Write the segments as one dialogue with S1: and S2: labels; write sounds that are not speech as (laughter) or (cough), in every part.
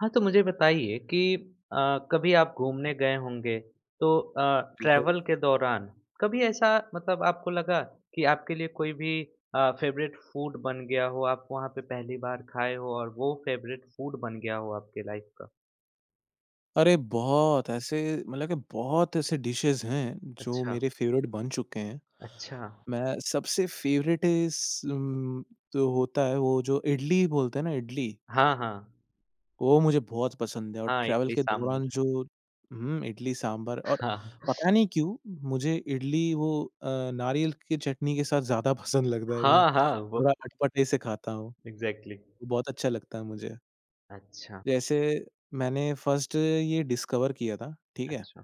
S1: हाँ, तो मुझे बताइए कि कभी आप घूमने गए होंगे तो
S2: बिल्कुल।
S1: ट्रैवल के दौरान कभी ऐसा मतलब आपको लगा कि आपके लिए कोई भी फ़ेवरेट फूड बन गया हो, आप वहाँ पे पहली बार खाए हो और वो फ़ेवरेट फूड बन गया हो आपके लाइफ़ का?
S2: अरे! बहुत ऐसे मतलब कि बहुत ऐसे डिशेज़ हैं, जो
S1: अच्छा,
S2: मेरे फ़ेवरेट बन चुके हैं।
S1: अच्छा।
S2: मैं सबसे फ़ेवरेट उम, तो होता है वो जो इडली बोलते हैं ना इडली,
S1: हाँ, हाँ।
S2: वो मुझे बहुत पसंद है और
S1: हाँ,
S2: ट्रैवल
S1: इडली
S2: के दौरान
S1: सांभर।
S2: जो इडली सांभर और
S1: हाँ।
S2: पता नहीं क्यों मुझे इडली नारियल की चटनी के साथ ज़्यादा पसंद लगता है। मैं
S1: हाँ, हाँ, वो
S2: थोड़ा अटपटे से खाता हूँ,
S1: एग्ज़ैक्टली।
S2: वो बहुत अच्छा लगता है मुझे।
S1: अच्छा,
S2: जैसे मैंने फर्स्ट ये डिस्कवर किया था, ठीक है?
S1: अच्छा,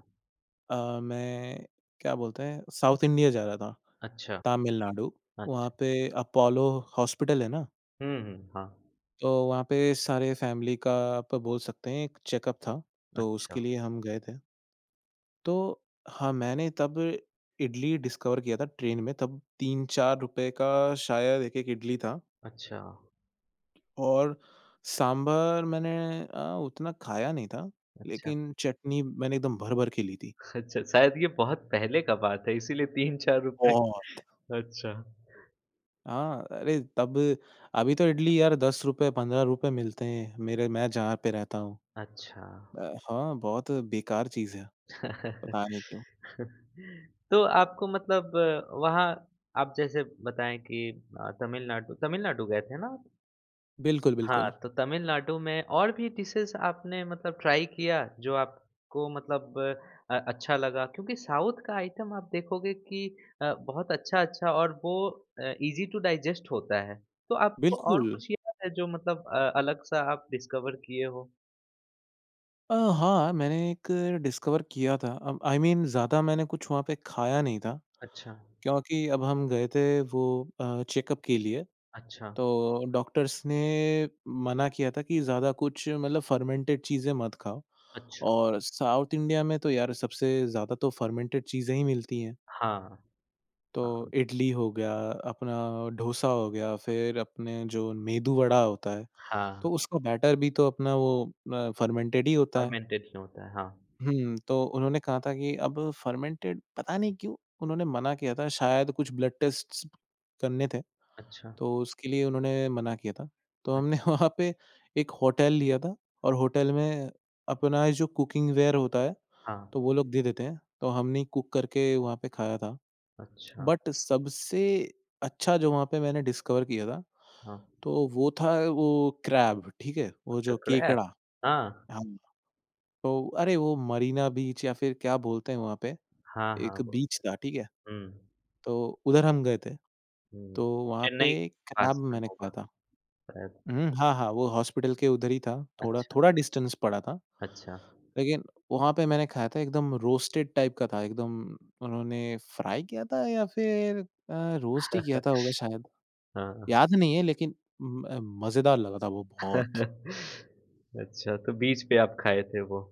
S2: मैं क्या बोलते हैं साउथ इंडिया जा रहा था,
S1: अच्छा,
S2: तमिलनाडु। वहाँ
S1: अच्छा।
S2: पे अपोलो हॉस्पिटल है ना,
S1: हुँ, हुँ। हाँ।
S2: तो वहाँ पे सारे फ़ैमिली का आप बोल सकते हैं एक चेकअप था, तो
S1: अच्छा,
S2: उसके लिए हम गए थे। तो हाँ, मैंने तब इडली डिस्कवर किया था ट्रेन में, तब 3-4 रुपए का शायद 1-1 इडली था
S1: अच्छा,
S2: और सांभर मैंने उतना खाया नहीं था,
S1: अच्छा।
S2: लेकिन चटनी मैंने एकदम भर-भर के ली थी।
S1: अच्छा, शायद ये बहुत पहले का बात है इसीलिए 3-4 रुपए
S2: बहुत।
S1: अच्छा।
S2: हाँ, अरे तब अभी तो इडली यार ₹10 ₹15 मिलते हैं मेरे मैं जहाँ पे रहता हूँ।
S1: अच्छा।
S2: हाँ, बहुत बेकार चीज़ है, पता नहीं क्यों।
S1: (laughs) तो आपको मतलब वहाँ आप जैसे बताएँ कि तमिलनाडु तमिलनाडु गए थे ना?
S2: बिल्कुल,
S1: हाँ,
S2: बिल्कुल।
S1: तो तमिलनाडु में और भी डिशेज़ आपने मतलब ट्राई किया जो आपको मतलब अच्छा लगा? क्योंकि साउथ का आइटम आप देखोगे कि बहुत अच्छा-अच्छा और वो ईज़ी टू डाइजेस्ट होता है। तो आपको और
S2: बिल्कुल।
S1: कुछ याद है जो मतलब अलग-सा आप डिस्कवर किए हो?
S2: हाँ, मैंने एक डिस्कवर किया था अब आई मीन ज़्यादा मैंने कुछ वहाँ पे खाया नहीं था,
S1: अच्छा,
S2: क्योंकि अब हम गए थे वो चेकअप के लिए।
S1: अच्छा,
S2: तो डॉक्टर्स ने मना किया था कि ज़्यादा कुछ मतलब फर्मेंटेड चीज़ें मत खाओ
S1: अच्छा।
S2: और साउथ इंडिया में तो यार सबसे ज़्यादा तो फर्मेंटेड चीज़ें ही मिलती हैं।
S1: हाँ,
S2: तो
S1: हाँ,
S2: इडली हो गया, अपना डोसा हो गया, फिर अपने जो मेदू वड़ा होता है,
S1: हाँ,
S2: तो उसका बैटर भी तो अपना फर्मेंटेड ही होता है।
S1: फर्मेंटेड नहीं होता है। हाँ,
S2: तो उन्होंने कहा था कि अब फर्मेंटेड पता नहीं क्यों उन्होंने मना किया था शायद कुछ ब्लड टेस्ट्स करने थे।
S1: अच्छा,
S2: तो उसके लिए उन्होंने मना किया था। तो हमने
S1: अच्छ
S2: (laughs) वहाँ पे एक होटल लिया था और होटल में अपना जो कुकिंग वेयर होता है,
S1: हाँ,
S2: तो वो लोग दे देते हैं। तो हमने कुक करके वहाँ पे खाया था।
S1: अच्छा,
S2: बट सबसे अच्छा जो वहाँ पे मैंने डिस्कवर किया था,
S1: हाँ।
S2: तो वो था वो क्रैब, ठीक है? वो
S1: अच्छा,
S2: जो केकड़ा।
S1: क्रैब? हाँ,
S2: हाँ, तो अरे वो मरीना बीच या फिर क्या बोलते हैं वहाँ पे,
S1: हाँ, हाँ,
S2: एक
S1: वो
S2: बीच था, ठीक है?
S1: हुँ।
S2: तो उधर हम गए थे।
S1: हुँ,
S2: तो वहाँ पे
S1: चेन्नई के
S2: क्रैब
S1: पास में
S2: मैंने खाया
S1: होगा
S2: था।
S1: शायद।
S2: हुँ, हाँ, हाँ, वो हॉस्पिटल के उधर ही था, थोड़ा
S1: अच्छा,
S2: थोड़ा डिस्टेंस पड़ा था।
S1: अच्छा,
S2: लेकिन वहाँ पे मैंने खाया था एकदम रोस्टेड टाइप का था, एकदम उन्होंने फ्राई किया था या फिर रोस्ट ही किया था होगा शायद,
S1: हाँ।
S2: याद नहीं है लेकिन म मज़ेदार लगा था वो बहुत।
S1: (laughs) अच्छा, तो बीच पे आप खाए थे वो।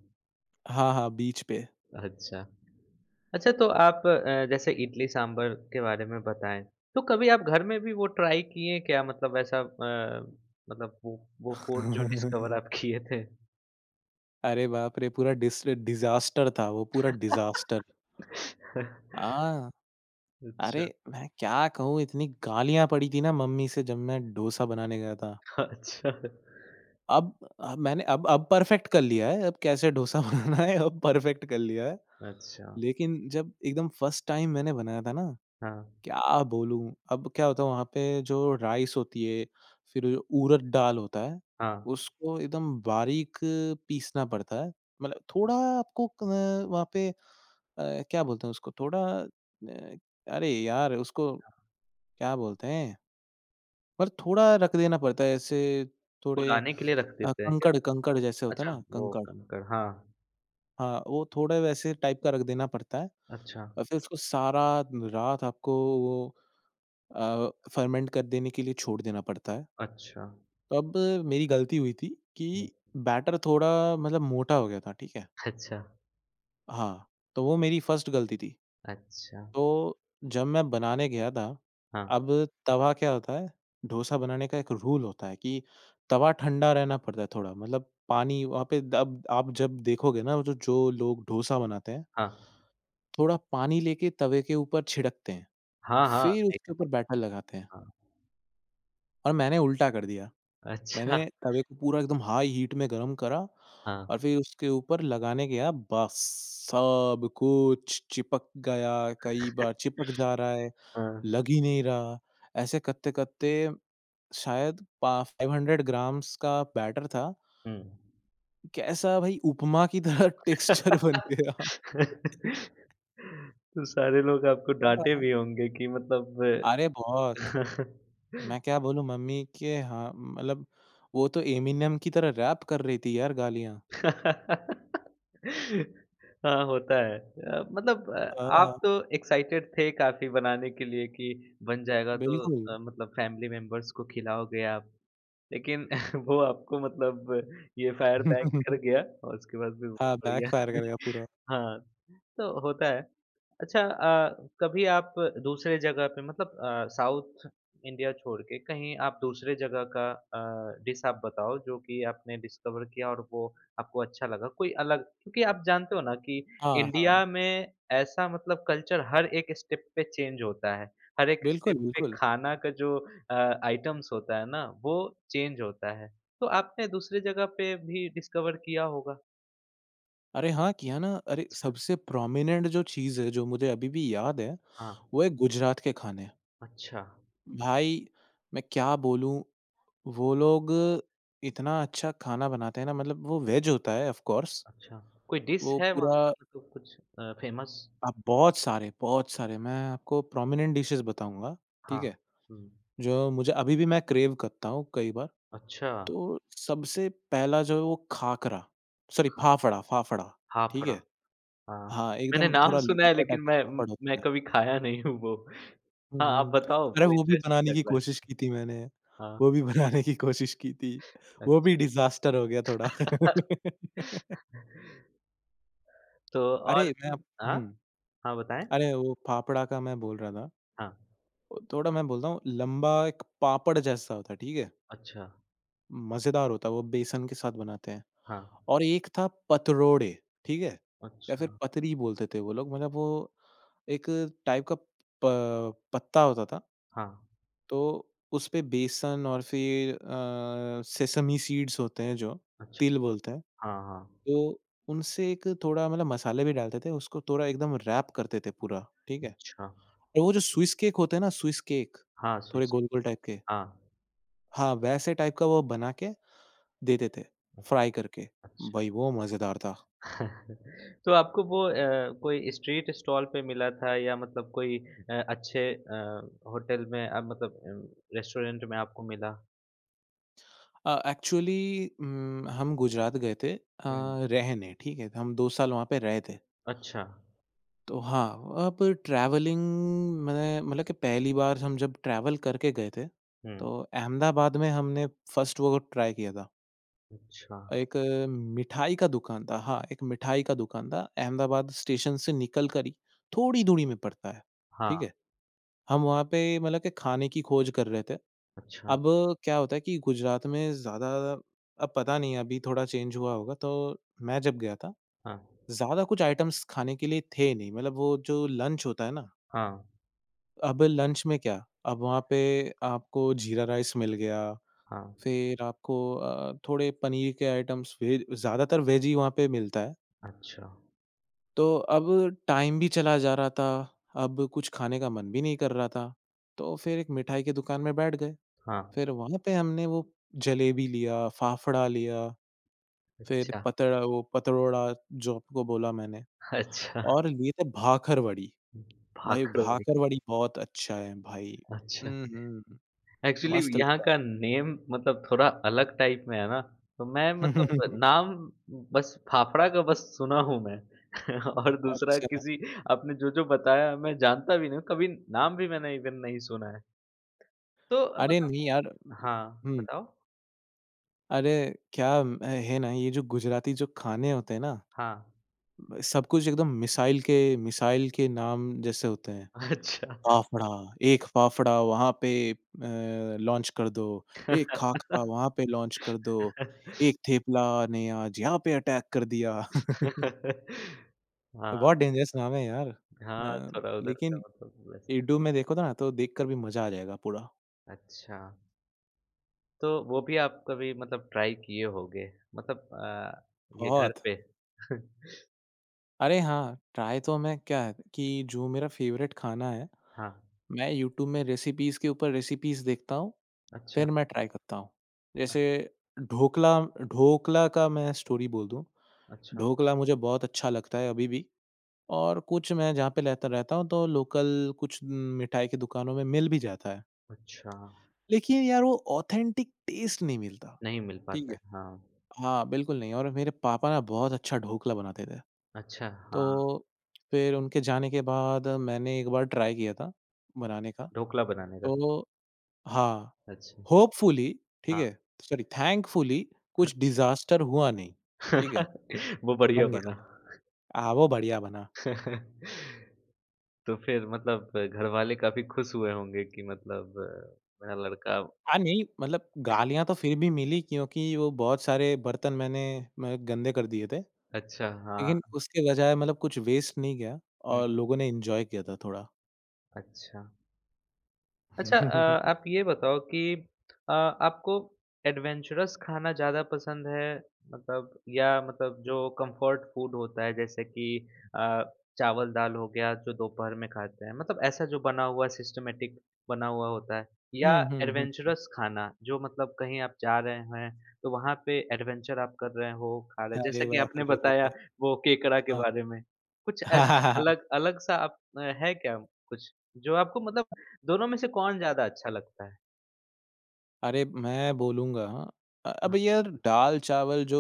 S2: हाँ, हाँ, बीच पे।
S1: अच्छा। अच्छा तो आप जैसे इडली सांभर के बारे में बताएँ, तो कभी आप घर में भी वो ट्राई किए क्या? मतलब ऐसा मतलब वो फूड जो डिस्कवर
S2: (laughs)
S1: आप किए थे?
S2: अरे बाप रे! पूरा डिस डिज़ास्टर था वो, पूरा डिज़ास्टर।
S1: (laughs)
S2: हाँ, अरे
S1: अच्छा,
S2: मैं क्या कहूँ इतनी गालियाँ पड़ी थी ना मम्मी से जब मैं डोसा बनाने गया था।
S1: अच्छा,
S2: अब मैंने अब परफेक्ट कर लिया है, अब कैसे डोसा (laughs) बनाना है अब परफेक्ट कर लिया है।
S1: अच्छा।
S2: लेकिन जब एकदम फर्स्ट टाइम मैंने बनाया था ना,
S1: हाँ,
S2: क्या बोलूँ? अब क्या होता है वहाँ पे जो राइस होती है, फिर जो उड़द दाल होता है,
S1: हाँ।
S2: उसको एकदम बारीक पीसना पड़ता है। मतलब थोड़ा आपको वहाँ पे क्या बोलते हैं उसको थोड़ा अरे यार! उसको क्या बोलते हैं? पर थोड़ा रख देना पड़ता है ऐसे थोड़े
S1: फुलाने के लिए रख देते हैं क्या?
S2: कंकड़ कंकड़ जैसे होता है
S1: अच्छा,
S2: ना,
S1: वो
S2: कंकड़।
S1: कंकर हाँ।
S2: हाँ, वो थोड़ा वैसे टाइप का रख देना पड़ता है
S1: अच्छा,
S2: और फिर उसको सारा रात आपको वो फर्मेंट कर देने के लिए छोड़ देना पड़ता है।
S1: अच्छा,
S2: तो अब मेरी गलती हुई थी कि
S1: हुँ,
S2: बैटर थोड़ा मतलब मोटा हो गया था, ठीक है?
S1: अच्छा।
S2: हाँ, तो वो मेरी फर्स्ट गलती थी।
S1: अच्छा,
S2: तो जब मैं बनाने गया था,
S1: हाँ,
S2: अब तवा क्या होता है, डोसा बनाने का एक रूल होता है कि तवा ठंडा रहना पड़ता है थोड़ा, मतलब पानी वहाँ पे द अब आप जब देखोगे ना, वो जो जो लोग डोसा बनाते हैं
S1: हाँ।
S2: थोड़ा पानी लेके तवे के ऊपर छिड़कते हैं,
S1: हाँ, हाँ,
S2: फिर
S1: एक
S2: उसके ऊपर बैटर लगाते हैं
S1: हाँ,
S2: और मैंने उल्टा कर दिया।
S1: अच्छा,
S2: मैंने तवे को पूरा एकदम हाई हीट में गरम करा
S1: हाँ,
S2: और फिर उसके ऊपर लगाने गया, बस सब कुछ चिपक गया, कई बार चिपक जा रहा है,
S1: हाँ,
S2: लग ही नहीं रहा। ऐसे करते-करते शायद पा 500 ग्राम्स का बैटर था,
S1: हुँ।
S2: कैसा भई उपमा की तरह (laughs) टेक्सचर बन गया।
S1: (laughs) तो सारे लोग आपको डाँटे भी होंगे कि
S2: अरे
S1: मतलब
S2: बहुत।
S1: (laughs)
S2: मैं
S1: (laughs)
S2: क्या बोलूँ मम्मी के हाँ, मतलब वो तो एमिनेम की तरह रैप कर रही थी यार गालियाँ।
S1: (laughs) हाँ, होता है। मतलब
S2: हाँ,
S1: आप तो एक्साइटेड थे काफ़ी बनाने के लिए कि बन जाएगा तो
S2: बिल्कुल।
S1: मतलब फैमिली मेंबर्स को खिलाओगे आप। लेकिन (laughs) वो आपको मतलब ये फायर बैक कर
S2: (laughs)
S1: गया और उसके बाद फिर वो
S2: हाँ,
S1: बढ़िया
S2: बैकफ़ायर करेगा पूरा।
S1: (laughs) हाँ, तो होता है। अच्छा कभी आप दूसरे जगह पे मतलब साउथ इंडिया छोड़ के कहीं आप दूसरे जगह का डिश आप बताओ जो कि आपने डिस्कवर किया और वो आपको अच्छा लगा? कोई अलग क्योंकि आप जानते हो ना कि
S2: हाँ, हाँ।
S1: इंडिया में ऐसा मतलब कल्चर हर एक स्टेप पे चेंज होता है। हर एक
S2: बिल्कुल,
S1: स्टेप पे
S2: बिल्कुल।
S1: खाना का जो आइटम्स होता है ना, वो चेंज होता है। तो आपने दूसरी जगह पे भी डिस्कवर किया होगा?
S2: अरे हाँ, किया ना अरे
S1: अच्छा,
S2: सबसे प्रोमिनेंट जो चीज़ है, जो मुझे अभी भी याद है,
S1: हाँ।
S2: वो है गुजरात के खाने।
S1: अच्छा,
S2: भाई मैं क्या बोलूँ, वो लोग इतना अच्छा खाना बनाते हैं ना मतलब वो वेज होता है ऑफ़ कोर्स।
S1: अच्छा। कोई डिश
S2: वो
S1: है वहाँ
S2: पूरा
S1: का मतलब कुछ फेमस?
S2: अब बहुत सारे मैं आपको प्रोमिनेंट डिशेज़ बताऊँगा, ठीक
S1: हाँ।
S2: है?
S1: हुँ।
S2: जो मुझे अभी भी मैं क्रेव करता हूँ कई बार,
S1: अच्छा,
S2: तो सबसे पहला जो है वो खाकरा, सॉरी
S1: हा
S2: फाफड़ा फाफड़ा, ठीक
S1: हाफड़ा।
S2: है?
S1: हाँ।
S2: हाँ,
S1: मैंने
S2: एकदम
S1: नाम
S2: थोड़ा
S1: सुना है
S2: लंबा
S1: लेकिन
S2: टाइप का
S1: मैं
S2: फाफड़
S1: मैं
S2: होता है।
S1: कभी खाया नहीं हूँ वो।
S2: हुँ,
S1: हाँ, आप
S2: हुँ।
S1: बताओ
S2: अरे
S1: वो
S2: वो भी
S1: इंटरेस्टिंग
S2: बनाने
S1: लग
S2: की
S1: रहा
S2: कोशिश
S1: है।
S2: की थी मैंने,
S1: हाँ,
S2: वो भी बनाने की कोशिश की थी, वो
S1: अच्छा।
S2: भी डिज़ास्टर हो गया थोड़ा। (laughs)
S1: तो और
S2: अरे मैं
S1: भी
S2: आप
S1: हाँ?
S2: हुँ।
S1: हाँ, बताएँ?
S2: अरे, वो फाफड़ा का मैं बोल रहा था।
S1: हाँ,
S2: वो थोड़ा मैं बोलता हूँ लंबा एक पापड़ जैसा होता है, ठीक है?
S1: अच्छा,
S2: मज़ेदार होता है, वो बेसन के साथ बनाते हैं।
S1: हाँ,
S2: और एक था पतरोड़े, ठीक है? या फिर
S1: अच्छा,
S2: पतरी बोलते थे वो लोग मतलब वो एक टाइप का प पत्ता होता था,
S1: हाँ,
S2: तो उसपे बेसन और फिर सेसमी सीड्स होते हैं जो,
S1: अच्छा,
S2: तिल बोलते हैं,
S1: हाँ, हाँ,
S2: तो उनसे एक थोड़ा मतलब मसाले भी डालते थे, उसको थोड़ा एकदम रैप करते थे पूरा, ठीक है?
S1: अच्छा,
S2: और वो जो स्विस केक होते हैं ना, स्विस केक,
S1: हाँ,
S2: थोड़े
S1: स्विच की
S2: गोल-गोल टाइप के।
S1: हाँ,
S2: हाँ, वैसे टाइप का वो बना के देते थे, फ्राई करके।
S1: अच्छा।
S2: भई वो मज़ेदार था।
S1: (laughs) तो आपको वो कोई स्ट्रीट स्टॉल पे मिला था या मतलब कोई अच्छे होटल में मतलब रेस्टोरेंट में आपको मिला?
S2: एक्चुअली हम गुजरात गए थे
S1: हुँ,
S2: रहने, ठीक है? हम 2 साल वहाँ पे रहे थे।
S1: अच्छा,
S2: तो हाँ, अब ट्रैवलिंग मैं मतलब कि पहली बार हम जब ट्रैवल करके गए थे,
S1: हुँ,
S2: तो अहमदाबाद में हमने फर्स्ट वो ट्राई किया था।
S1: अच्छा,
S2: एक मिठाई का दुकान था हाँ, एक मिठाई का दुकान था। अहमदाबाद स्टेशन से निकल कर ही थोड़ी दूरी में पड़ता है, ठीक
S1: हाँ,
S2: है? हम वहाँ पे मतलब के खाने की खोज कर रहे थे।
S1: अच्छा,
S2: अब क्या होता है कि गुजरात में ज़्यादा अब पता नहीं अभी थोड़ा चेंज हुआ होगा तो मैं जब गया था,
S1: हाँ,
S2: ज़्यादा कुछ आइटम्स खाने के लिए थे नहीं मतलब वो जो लंच होता है ना,
S1: हाँ,
S2: अब लंच में क्या, अब वहाँ पे आपको जीरा राइस मिल गया,
S1: हाँ,
S2: फिर आपको थोड़े पनीर के आइटम्स वेज ज़्यादातर वेज ही वहाँ पे मिलता है।
S1: अच्छा,
S2: तो अब टाइम भी चला जा रहा था, अब कुछ खाने का मन भी नहीं कर रहा था, तो फिर एक मिठाई की दुकान में बैठ गए।
S1: हाँ।
S2: फिर वहाँ पे हमने वो जलेबी लिया, फाफड़ा लिया, फिर
S1: अच्छा,
S2: पतड़ा वो पतरोड़ा जो आपको बोला मैंने
S1: अच्छा
S2: और लिए थे भाखरवड़ी। भाई
S1: भाखड़ोड़ी,
S2: भाखरवड़ी बहुत अच्छा है भाई।
S1: अच्छा।
S2: हुँ, हुँ।
S1: एक्चुअली
S2: मस्त
S1: यहाँ
S2: लगता
S1: का
S2: है।
S1: नेम मतलब थोड़ा अलग टाइप में है ना, तो मैं मतलब
S2: (laughs)
S1: नाम बस फाफड़ा का बस सुना हूँ मैं (laughs) और दूसरा
S2: अच्छा।
S1: किसी आपने जो-जो बताया मैं जानता भी नहीं हूँ, कभी नाम भी मैंने इवेन नहीं सुना है। तो
S2: अरे
S1: मतलब
S2: नहीं यार
S1: हाँ,
S2: हुँ,
S1: बताओ?
S2: अरे क्या है ना ये जो गुजराती जो खाने होते हैं ना
S1: हाँ,
S2: सब कुछ एकदम मिसाइल के नाम जैसे होते हैं।
S1: अच्छा।
S2: फाफड़ा, एक फाफड़ा वहाँ पे लॉन्च कर दो, एक
S1: (laughs)
S2: खाखा वहाँ पे लॉन्च कर दो, एक थेपला ने आज यहाँ पे अटैक कर दिया। (laughs)
S1: हाँ,
S2: बहुत डेंजरस नाम है यार। अ,
S1: हाँ, थोड़ा उधर का
S2: लेकिन
S1: मतलब वैसा।
S2: इडू में देखो तो ना तो देखकर भी मज़ा आ जाएगा पूरा।
S1: अच्छा। तो वो भी आप कभी मतलब ट्राई किए होंगे मतलब ये घर
S2: बहुत।
S1: पे? (laughs)
S2: अरे हाँ, ट्राई तो मैं क्या है कि जो मेरा फ़ेवरेट खाना है,
S1: हाँ,
S2: मैं यूट्यूब में रेसिपीज़ के ऊपर रेसिपीज़ देखता हूँ
S1: अच्छा,
S2: फिर मैं ट्राई करता हूँ।
S1: अ,
S2: जैसे ढोकला ढोकला का मैं स्टोरी बोल दूँ।
S1: अच्छा,
S2: ढोकला मुझे बहुत अच्छा लगता है अभी भी और कुछ मैं जहाँ पे रहता रहता हूँ तो लोकल कुछ न, मिठाई की दुकानों में मिल भी जाता है।
S1: अच्छा,
S2: लेकिन यार वो ऑथेंटिक टेस्ट नहीं मिलता।
S1: नहीं मिल
S2: ठीक
S1: पाता
S2: है।
S1: है, हाँ,
S2: हाँ, बिल्कुल नहीं और मेरे पापा ना बहुत अच्छा ढोकला बनाते थे।
S1: अच्छा, हाँ,
S2: तो फिर उनके जाने के बाद मैंने एक बार ट्राई किया था बनाने का।
S1: ढोकला बनाने का,
S2: तो हाँ,
S1: अच्छा,
S2: होपफुली ठीक
S1: हाँ,
S2: है? सॉरी थैंकफुली कुछ
S1: अच्छा,
S2: डिज़ास्टर हुआ नहीं, ठीक है?
S1: (laughs) वो बढ़िया
S2: बन गया
S1: बना।
S2: था। हाँ, वो बढ़िया बना।
S1: (laughs) तो फिर मतलब घरवाले काफ़ी खुश हुए होंगे कि मतलब मेरा लड़का
S2: हाँ, नहीं मतलब गालियाँ तो फिर भी मिली क्योंकि वो बहुत सारे बर्तन मैंने मैं गंदे कर दिए थे।
S1: अच्छा, हाँ,
S2: लेकिन उसके बजाय मतलब कुछ वेस्ट नहीं गया
S1: हुँ,
S2: और लोगों ने एन्जॉय किया था थोड़ा।
S1: अच्छा। अच्छा
S2: (laughs) हुँ,
S1: आप ये बताओ कि आपको एडवेंचरस खाना ज़्यादा पसंद है मतलब या मतलब जो कंफर्ट फूड होता है जैसे कि अ, चावल दाल हो गया जो दोपहर में खाते हैं मतलब ऐसा जो बना हुआ सिस्टमेटिक बना हुआ होता है या
S2: हुँ, हुँ, हुँ।
S1: एडवेंचरस खाना जो मतलब कहीं आप जा रहे हैं तो वहाँ पे एडवेंचर आप कर रहे हो खा रहे
S2: अरे
S1: जैसा कि
S2: बाप
S1: आपने बताया
S2: रे!
S1: वो केकड़ा के
S2: हाँ।
S1: बारे में कुछ ऐसा अलग
S2: (laughs)
S1: अलग सा आप है क्या कुछ जो आपको मतलब दोनों में से कौन ज़्यादा अच्छा लगता है?
S2: अरे मैं बोलूँगा अब
S1: हाँ।
S2: यार दाल-चावल जो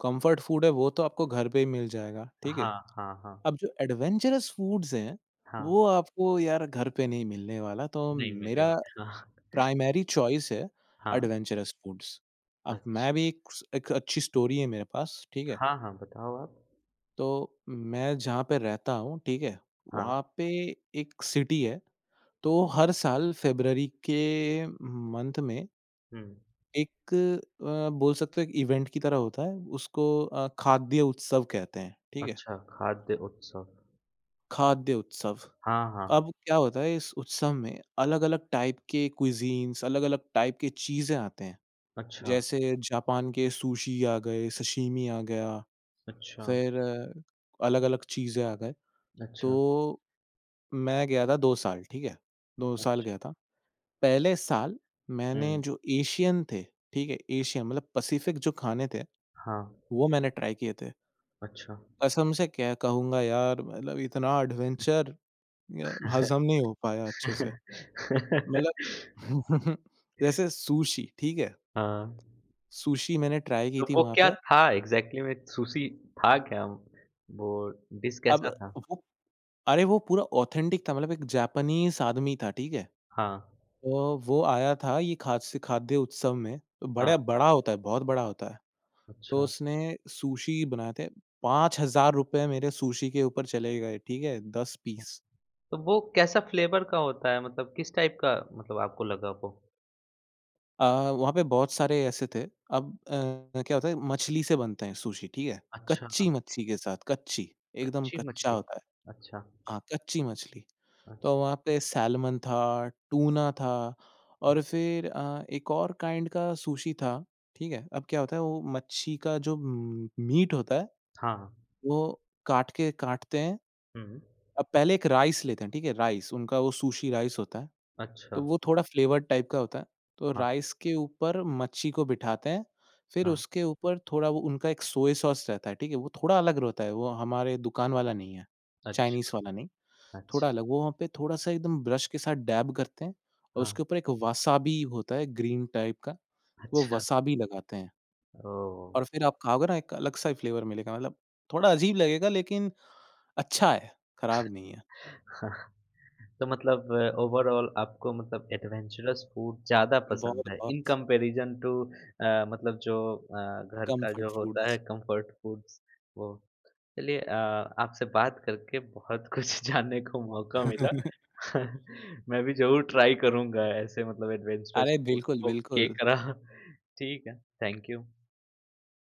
S2: कम्फर्ट फूड है वो तो आपको घर पे ही मिल जाएगा, ठीक है?
S1: हाँ, हाँ, हाँ।
S2: अब जो एडवेंचरस फूड्स हैं,
S1: हाँ,
S2: वो आपको यार घर पे नहीं मिलने वाला, तो
S1: नहीं मिलने
S2: मेरा
S1: वाले हाँ,
S2: प्राइमरी चॉइस है
S1: हाँ,
S2: एडवेंचरस फूड्स। अब मैं
S1: अच्छा।
S2: भी एक अच्छी स्टोरी है मेरे पास, ठीक है?
S1: हाँ, हाँ, बताओ आप?
S2: तो मैं जहाँ पे रहता हूँ, ठीक है?
S1: हाँ,
S2: वहाँ पे एक सिटी है, तो हर साल फ़रवरी के मंथ में
S1: हुँ।
S2: एक बोल सकते हो एक इवेंट की तरह होता है, उसको खाद्य उत्सव कहते हैं, ठीक है?
S1: अच्छा, खाद्य उत्सव।
S2: खाद्य उत्सव।
S1: हाँ, हाँ।
S2: अब क्या होता है इस उत्सव में अलग-अलग टाइप के क्विज़ीन्स, अलग-अलग टाइप के चीज़ें आते हैं।
S1: अच्छा,
S2: जैसे जापान के सुशी आ गए, सशिमी आ गया,
S1: अच्छा,
S2: फिर अलग-अलग चीज़ें आ गए।
S1: अच्छा,
S2: तो मैं गया था 2 साल, ठीक है? 2 साल
S1: अच्छा।
S2: गया था। पहले साल मैंने
S1: हुँ,
S2: जो एशियन थे, ठीक है? एशियन मतलब पैसिफिक जो खाने थे,
S1: हाँ,
S2: वो मैंने ट्राई किए थे।
S1: अच्छा।
S2: कसम से क्या कहूँगा यार मतलब इतना एडवेंचर य हज़म नहीं हो पाया अच्छे से। मतलब
S1: (laughs)
S2: (laughs) जैसे सुशी, ठीक है?
S1: हाँ,
S2: सुशी मैंने ट्राई की
S1: तो
S2: थी
S1: वो
S2: वहाँ
S1: क्या
S2: पे।
S1: था एग्ज़ैक्टली में सुशी था क्या? वो डिश
S2: अब
S1: कैसा था?
S2: वो अरे, वो पूरा ऑथेंटिक था मतलब एक जापानीज़ आदमी था, ठीक है?
S1: हाँ,
S2: तो वो आया था ये खाद्य खाद्य उत्सव में, तो
S1: हाँ,
S2: बड़ा बड़ा होता है, बहुत बड़ा होता है। तो
S1: अच्छा,
S2: उसने सुशी बनाए थे, 5000 रुपए मेरे सुशी के ऊपर चले गए, ठीक है? 10
S1: अच्छा।
S2: पीस।
S1: तो वो कैसा फ्लेवर का होता है? मतलब किस टाइप का मतलब आपको लगा वो?
S2: अ, वहाँ पे बहुत सारे ऐसे थे। अब क्या होता है मछली से बनते हैं सुशी, ठीक है?
S1: अच्छा,
S2: कच्ची मच्छी के साथ, कच्ची, एकदम
S1: कच्ची
S2: कच्चा
S1: मछली।
S2: होता है।
S1: अच्छा,
S2: हाँ, कच्ची मछली। तो
S1: अच्छा।
S2: वहाँ पे सैल्मन था, टूना था
S1: हुँ,
S2: और फिर एक और काइंड का सुशी था, ठीक है? अब क्या होता है वो मच्छी का जो म मीट होता है,
S1: हाँ, हाँ।
S2: वो काट के काटते हैं।
S1: हुँ,
S2: अब पहले एक राइस लेते हैं, ठीक है? राइस, उनका वो सुशी राइस होता है।
S1: अच्छा।
S2: तो वो थोड़ा फ्लेवर्ड टाइप का होता है। तो
S1: हाँ,
S2: राइस के ऊपर मच्छी को बिठाते हैं, फिर
S1: हाँ।
S2: उसके ऊपर थोड़ा वो उनका एक सोया सॉस रहता है, ठीक है? वो थोड़ा अलग रहता है, वो हमारे दुकान वाला नहीं है, चाइनीज़
S1: अच्छा,
S2: वाला नहीं। थोड़ा
S1: अच्छा।
S2: अलग, वो वहाँ पे थोड़ा-सा एकदम ब्रश के साथ डैब करते हैं और
S1: हाँ,
S2: उसके ऊपर एक वसाबी होता है ग्रीन टाइप का, वो
S1: अच्छा।
S2: वसाबी लगाते हैं
S1: ओह!
S2: और फिर आप खाओगे ना एक अलग-सा ही फ्लेवर मिलेगा मतलब थोड़ा अजीब लगेगा लेकिन अच्छा है, खराब नहीं है।
S1: (laughs) हाँ, तो मतलब ओवरऑल आपको मतलब एडवेंचरस फूड ज़्यादा पसंद है इन
S2: बहुत-बहुत
S1: कंपैरिजन टू मतलब जो घर का
S2: कम्फर्ट
S1: जो होता
S2: फूड्स।
S1: है कंफर्ट फूड्स वो। चलिए आपसे बात करके बहुत कुछ (laughs) जानने को मौका मिला।
S2: (laughs)
S1: (laughs) मैं भी ज़रूर ट्राई करूँगा ऐसे मतलब एडवेंचरस
S2: अरे
S1: फूड
S2: बिल्कुल,
S1: को
S2: बिल्कुल।
S1: केकड़ा। (laughs) ठीक है, थैंक यू।